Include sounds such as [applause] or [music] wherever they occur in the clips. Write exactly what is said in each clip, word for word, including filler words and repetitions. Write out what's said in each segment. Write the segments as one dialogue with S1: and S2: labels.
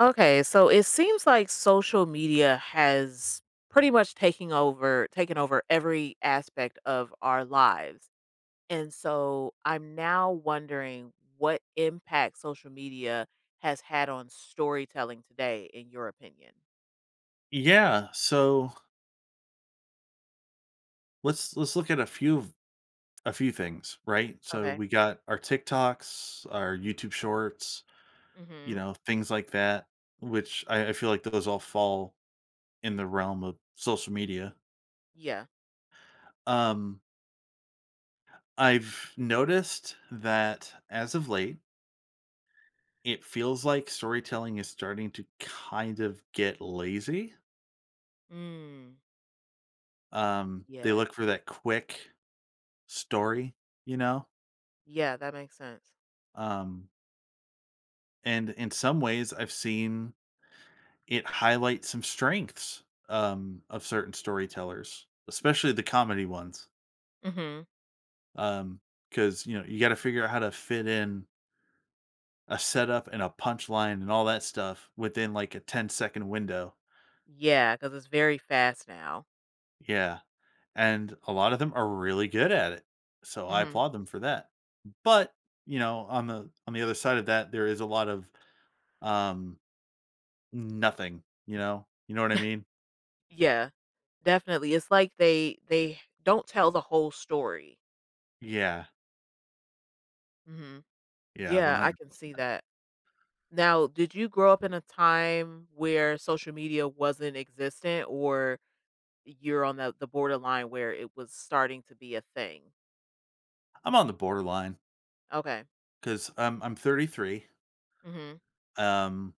S1: Okay, so it seems like social media has pretty much taken over taken over every aspect of our lives. And so I'm now wondering what impact social media has had on storytelling today in your opinion.
S2: Yeah, so let's let's look at a few of a few things, right? So
S1: Okay.
S2: we got our TikToks, our YouTube Shorts, you
S1: Mhm.
S2: know, things like that, which I, I feel like those all fall in the realm of social media.
S1: Yeah.
S2: Um, I've noticed that as of late, it feels like storytelling is starting to kind of get lazy.
S1: Mm.
S2: Um, they
S1: Yeah.
S2: look for that quick story, you know.
S1: Yeah, that makes sense.
S2: Um, and in some ways, I've seen it highlights some strengths um, of certain storytellers, especially the comedy ones.
S1: Mhm.
S2: Um, because you know you got to figure out how to fit in a setup and a punchline and all that stuff within like a ten-second window.
S1: Yeah, cuz it's very fast now.
S2: Yeah, and a lot of them are really good at it, so I
S1: Mhm.
S2: applaud them for that. But you know, on the on the other side of that, there is a lot of um, nothing. You know, you know what I mean?
S1: Yeah. Definitely. It's like they they don't tell the whole story.
S2: Yeah,
S1: Mhm.
S2: yeah, one
S1: Yeah, I
S2: hundred
S1: can see
S2: percent.
S1: that. Now, did you grow up in a time where social media wasn't existent, or you're on the, the borderline where it was starting to be a thing?
S2: I'm on the borderline.
S1: Okay.
S2: 'Cause, um, I'm thirty-three,
S1: Hmm.
S2: um,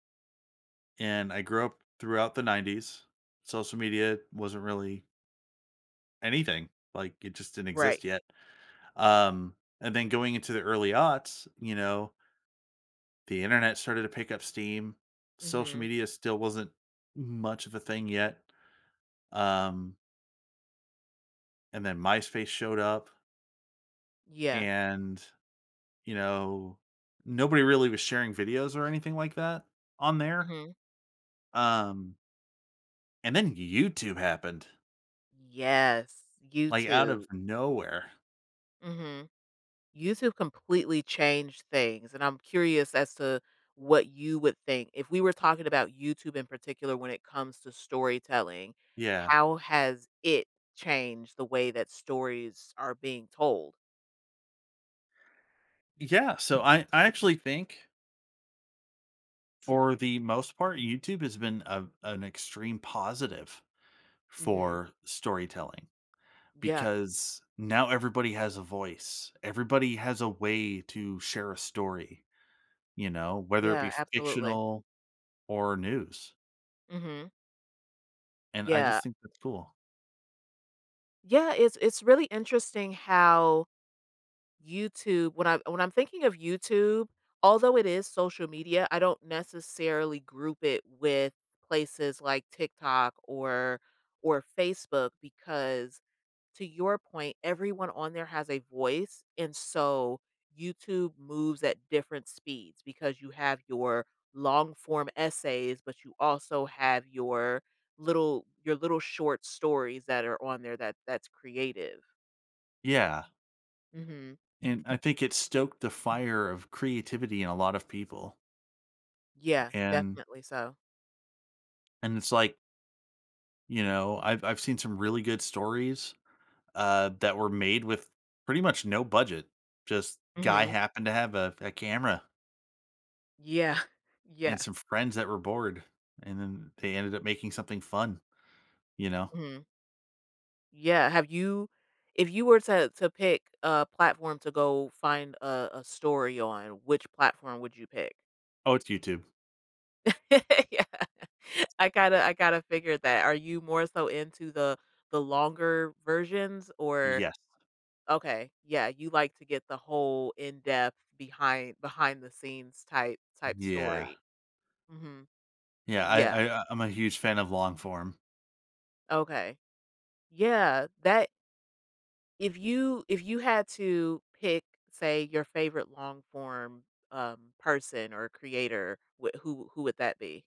S2: and I grew up throughout the nineties. Social media wasn't really anything, like, it just didn't
S1: Right.
S2: exist yet. Um, and then going into the early aughts, you know, the internet started to pick up steam. Social
S1: Hmm.
S2: media still wasn't much of a thing yet. Um, and then MySpace showed up,
S1: Yeah.
S2: and, you know, nobody really was sharing videos or anything like that on there.
S1: Hmm.
S2: Um, and then YouTube happened.
S1: Yes.
S2: Like, out of
S1: YouTube.
S2: nowhere.
S1: YouTube completely changed things, and I'm curious as to what you would think. If we were talking about YouTube in particular when it comes to storytelling,
S2: Yeah.
S1: how has it changed the way that stories are being told?
S2: Yeah, so I I actually think, for the most part, YouTube has been a an extreme positive
S1: Mhm.
S2: for storytelling,
S1: Yeah.
S2: because now everybody has a voice. Everybody has a way to share a story, you know, whether it
S1: Yeah,
S2: be
S1: absolutely.
S2: fictional or news,
S1: Mhm.
S2: and I
S1: Yeah.
S2: just think that's cool.
S1: Yeah, it's it's really interesting how YouTube, when I when I'm thinking of YouTube, although it is social media, I don't necessarily group it with places like TikTok or or Facebook, because to your point, everyone on there has a voice. And so YouTube moves at different speeds, because you have your long form essays, but you also have your little your little short stories that are on there, that that's creative.
S2: Yeah,
S1: Mhm.
S2: and I think it stoked the fire of creativity in a lot of people,
S1: Yeah,
S2: and
S1: definitely so.
S2: and it's like You know, I've I've seen some really good stories, uh, that were made with pretty much no budget. Just guy
S1: Mhm.
S2: happened to have a a camera
S1: Yeah. [laughs] Yeah.
S2: and some friends that were bored, and then they ended up making something fun, you know?
S1: Mhm. Yeah, have you, if you were to to pick a platform to go find a a story on, which platform would you pick?
S2: Oh, it's YouTube.
S1: [laughs] Yeah. I gotta I gotta figure that. Are you more so into the the longer versions or
S2: Yes.
S1: okay, yeah, you like to get the whole in-depth behind behind the scenes type type
S2: Yeah.
S1: story. Mhm.
S2: Yeah,
S1: Yeah,
S2: I I I'm a huge fan of long form.
S1: okay. Yeah, that, if you if you had to pick, say, your favorite long form, um, person or creator, wh who who would that be?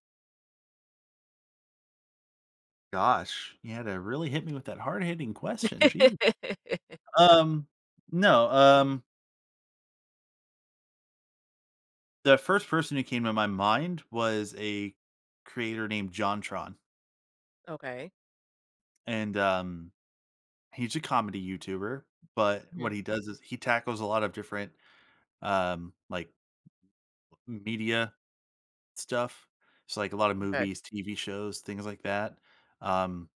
S2: Gosh, you had to really hit me with that hard-hitting question, gee.
S1: [laughs]
S2: Um, no, um, the first person who came to my mind was a creator named JonTron,
S1: Okay.
S2: and, um he's a comedy YouTuber, but what
S1: Mhm,
S2: he does is he tackles a lot of different, um, like, media stuff. So, like, a lot of
S1: okay.
S2: movies, T V shows, things like that. Um,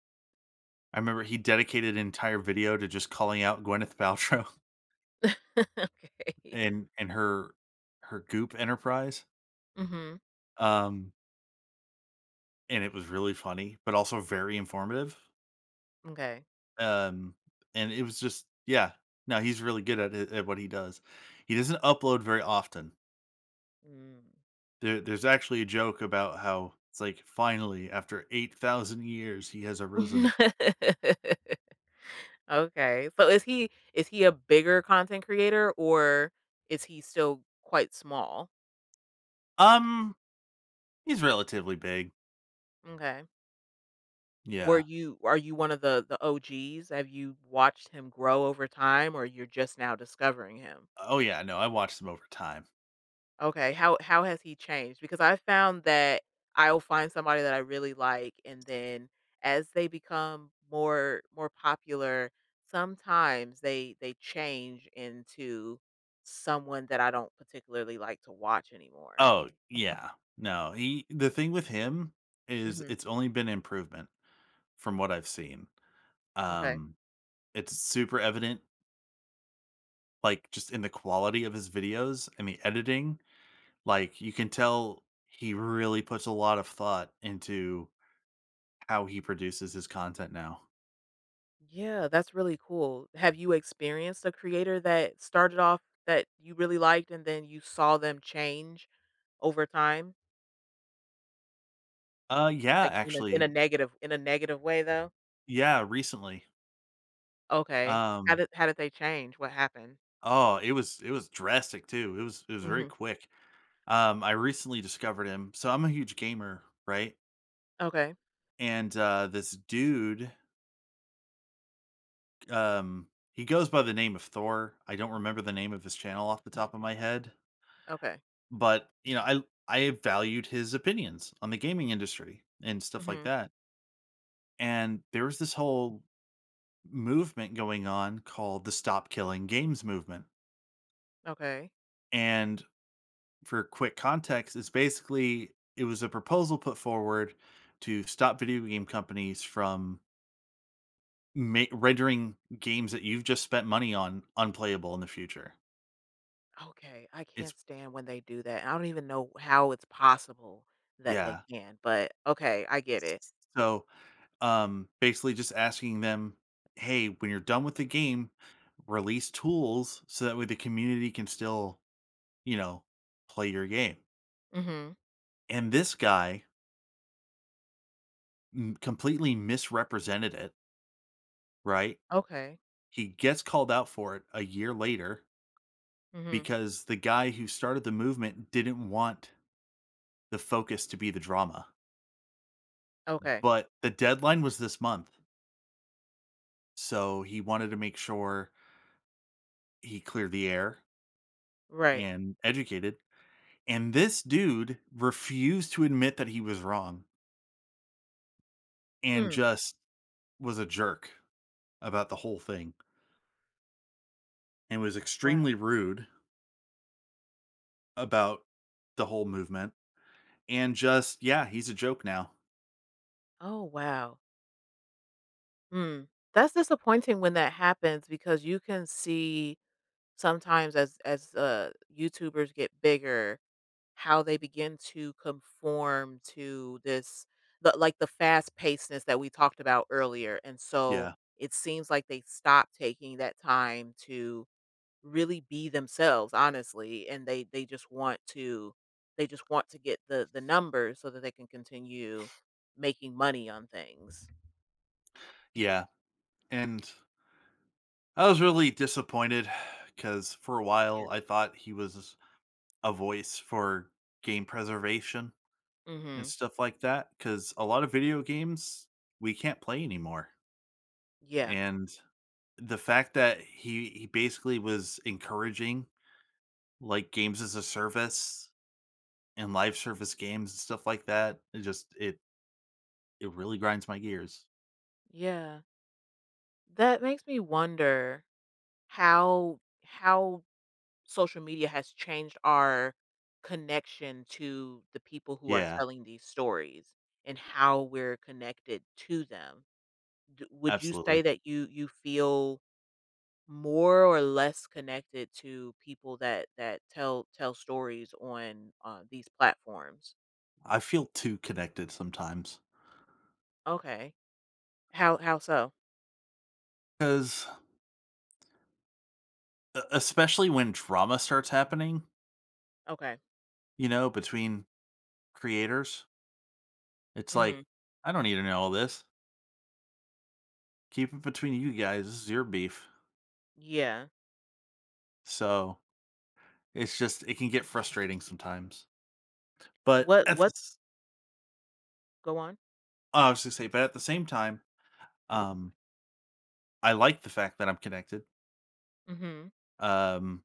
S2: I remember he dedicated an entire video to just calling out Gwyneth Paltrow
S1: [laughs]
S2: [laughs]
S1: Okay.
S2: and and her her Goop enterprise,
S1: Mhm,
S2: um, and it was really funny, but also very informative.
S1: okay.
S2: Um, and it was just yeah. No, he's really good at it at what he does. He doesn't upload very often.
S1: Mm.
S2: There there's actually a joke about how it's like, "Finally, after eight thousand years, he has arisen."
S1: [laughs] Okay, so is he is he a bigger content creator, or is he still quite small?
S2: Um, he's relatively big.
S1: Okay. Were
S2: Yeah.
S1: you are you one of the the O Gs? Have you watched him grow over time, or you're just now discovering him?
S2: Oh, yeah, no, I watched him over time.
S1: Okay, how how has he changed? Because I found that I'll find somebody that I really like, and then as they become more more popular, sometimes they they change into someone that I don't particularly like to watch anymore.
S2: Oh, yeah. No, he the thing with him is
S1: Mhm.
S2: it's only been improvement from what I've seen.
S1: Okay.
S2: Um, it's super evident, like, just in the quality of his videos and the editing. Like, you can tell he really puts a lot of thought into how he produces his content now.
S1: Yeah, that's really cool. Have you experienced a creator that started off that you really liked, and then you saw them change over time?
S2: Uh, yeah,
S1: Like in a in
S2: actually.
S1: a negative, in a negative way though?
S2: Yeah, recently.
S1: Okay. How
S2: Um,
S1: did how did they change? What happened?
S2: oh, it was it was drastic too. It was it was very
S1: Mhm.
S2: quick. Um, I recently discovered him. So I'm a huge gamer, right?
S1: Okay.
S2: And uh this dude, um, he goes by the name of Thor. I don't remember the name of his channel off the top of my head,
S1: Okay.
S2: but you know, I I valued his opinions on the gaming industry and stuff like
S1: Mhm.
S2: that. And there was this whole movement going on called the Stop Killing Games movement.
S1: Okay.
S2: And for quick context, is basically it was a proposal put forward to stop video game companies from ma- rendering games that you've just spent money on unplayable in the future.
S1: Okay. I
S2: It's
S1: can't stand when they do that. I don't even know how it's possible that they
S2: yeah.
S1: can, but okay, I get it.
S2: So, um, basically, just asking them, hey, when you're done with the game, release tools so that way the community can still, you know, play your game.
S1: Mhm.
S2: And this guy m- completely misrepresented it. Right?
S1: Okay.
S2: He gets called out for it a year later
S1: Mhm.
S2: because the guy who started the movement didn't want the focus to be the drama.
S1: Okay.
S2: But the deadline was this month. So he wanted to make sure he cleared the air
S1: Right.
S2: and educated. And this dude refused to admit that he was wrong and
S1: Mm.
S2: just was a jerk about the whole thing and was
S1: Wow.
S2: extremely rude about the whole movement. And just, yeah, he's a joke now.
S1: Oh, wow. Mm. That's disappointing when that happens, because you can see sometimes as as uh YouTubers get bigger, how they begin to conform to this, the, like the fast pacedness that we talked about earlier. And so
S2: Yeah.
S1: it seems like they stop taking that time to really be themselves, honestly, and they they just want to, they just want to get the the numbers so that they can continue making money on things.
S2: Yeah. And I was really disappointed because for a while
S1: Yeah.
S2: I thought he was a voice for game preservation and
S1: Mhm.
S2: stuff like that. Because a lot of video games we can't play anymore,
S1: Yeah.
S2: and the fact that he he basically was encouraging like games as a service and live service games and stuff like that, it just it it really grinds my gears.
S1: Yeah. That makes me wonder how how social media has changed our connection to the people who are
S2: Yeah,
S1: telling these stories and how we're connected to them. D- would you say
S2: absolutely.
S1: that you you feel more or less connected to people that that tell tell stories on uh, these platforms?
S2: I feel too connected sometimes
S1: Okay. How how so?
S2: because especially when drama starts happening
S1: Okay.
S2: you know, between creators. It's like,
S1: Mhm.
S2: I don't need to know all this. Keep it between you guys. This is your beef.
S1: Yeah.
S2: So it's just, it can get frustrating sometimes. But
S1: What
S2: at
S1: what's
S2: this,
S1: go on?
S2: I was going to say, but at the same time, um, I like the fact that I'm connected
S1: Mhm.
S2: um,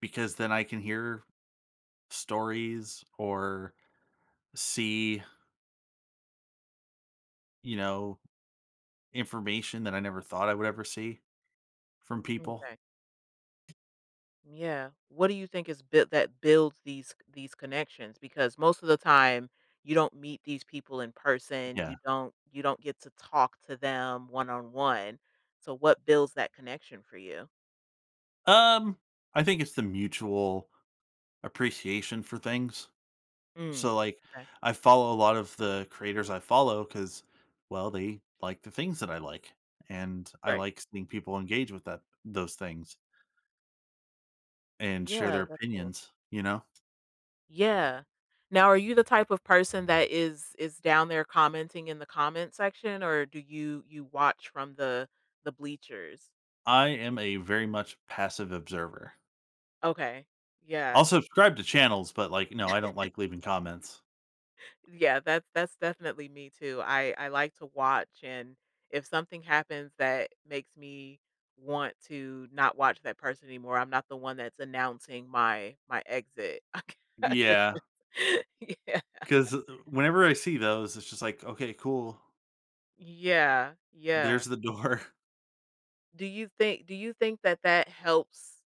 S2: because then I can hear stories or see, you know, information that I never thought I would ever see from people.
S1: Okay. Yeah. What do you think is built that builds these these connections? Because most of the time you don't meet these people in person.
S2: Yeah.
S1: You don't, you don't get to talk to them one on one. So what builds that connection for you?
S2: Um, I think it's the mutual appreciation for things.
S1: Mm.
S2: So like
S1: Okay.
S2: I follow a lot of the creators I follow cuz well they like the things that I like and I
S1: Right.
S2: like seeing people engage with that those things and share their
S1: Yeah, that's cool.
S2: opinions, you know?
S1: Yeah. Now, are you the type of person that is is down there commenting in the comment section, or do you, you watch from the the bleachers?
S2: I am a very much passive observer.
S1: Okay.
S2: I'll
S1: Yeah.
S2: subscribe to channels, but like no, I don't like leaving comments.
S1: Yeah, that's that's definitely me too. I I like to watch, and if something happens that makes me want to not watch that person anymore, I'm not the one that's announcing my my exit.
S2: Yeah,
S1: [laughs] Yeah.
S2: cuz whenever I see those it's just like, okay, cool.
S1: Yeah.
S2: There's
S1: Yeah.
S2: the door. [laughs]
S1: Do you think do you think that that helps,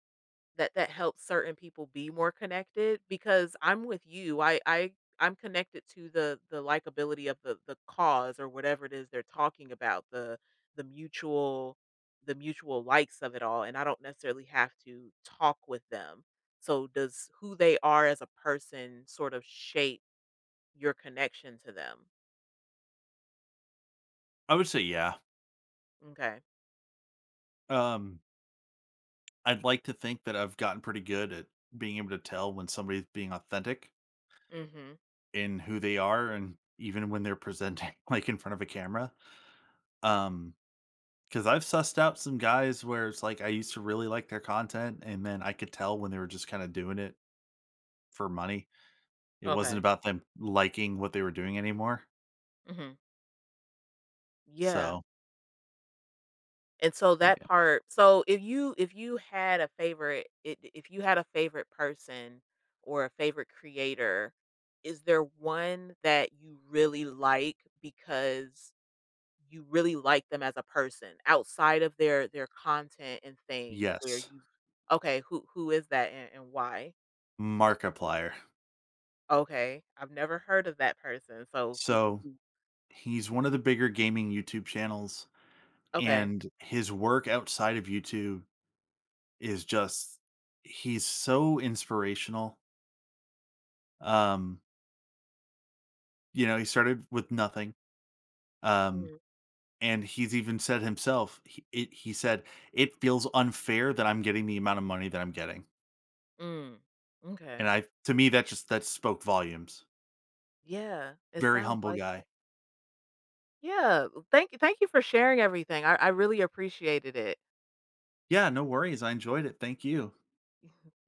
S1: that that helps certain people be more connected, because I'm with you. I I I'm connected to the the likability of the the cause or whatever it is they're talking about, the the mutual the mutual likes of it all, and I don't necessarily have to talk with them. So does who they are as a person sort of shape your connection to them?
S2: I would say yeah.
S1: Okay.
S2: Um I'd like to think that I've gotten pretty good at being able to tell when somebody's being authentic
S1: Mhm.
S2: in who they are and even when they're presenting [laughs] like in front of a camera. Um, because I've sussed out some guys where it's like I used to really like their content, and then I could tell when they were just kind of doing it for money. It wasn't
S1: Okay.
S2: about them liking what they were doing anymore.
S1: Mhm. Yeah.
S2: So,
S1: And so that
S2: yeah.
S1: part, so if you if you had a favorite, I if you had a favorite person or a favorite creator, is there one that you really like because you really like them as a person outside of their their content and things where
S2: Yes,
S1: you, okay, who who is that, and, and why?
S2: Markiplier.
S1: Okay, I've never heard of that person. So who,
S2: So
S1: who
S2: he's one of the bigger gaming YouTube channels,
S1: okay.
S2: and his work outside of YouTube is just he's so inspirational. Um, You know, he started with nothing, um,
S1: Mhm.
S2: and he's even said himself, he it he said, "It feels unfair that I'm getting the amount of money that I'm getting,"
S1: Mm,
S2: and
S1: okay.
S2: I to me, that just that spoke volumes.
S1: Yeah, it
S2: Very
S1: sounds
S2: humble
S1: like,
S2: guy.
S1: yeah, thank you, thank you for sharing everything. I, I really appreciated it.
S2: Yeah, no worries, I enjoyed it, thank you.
S1: [laughs]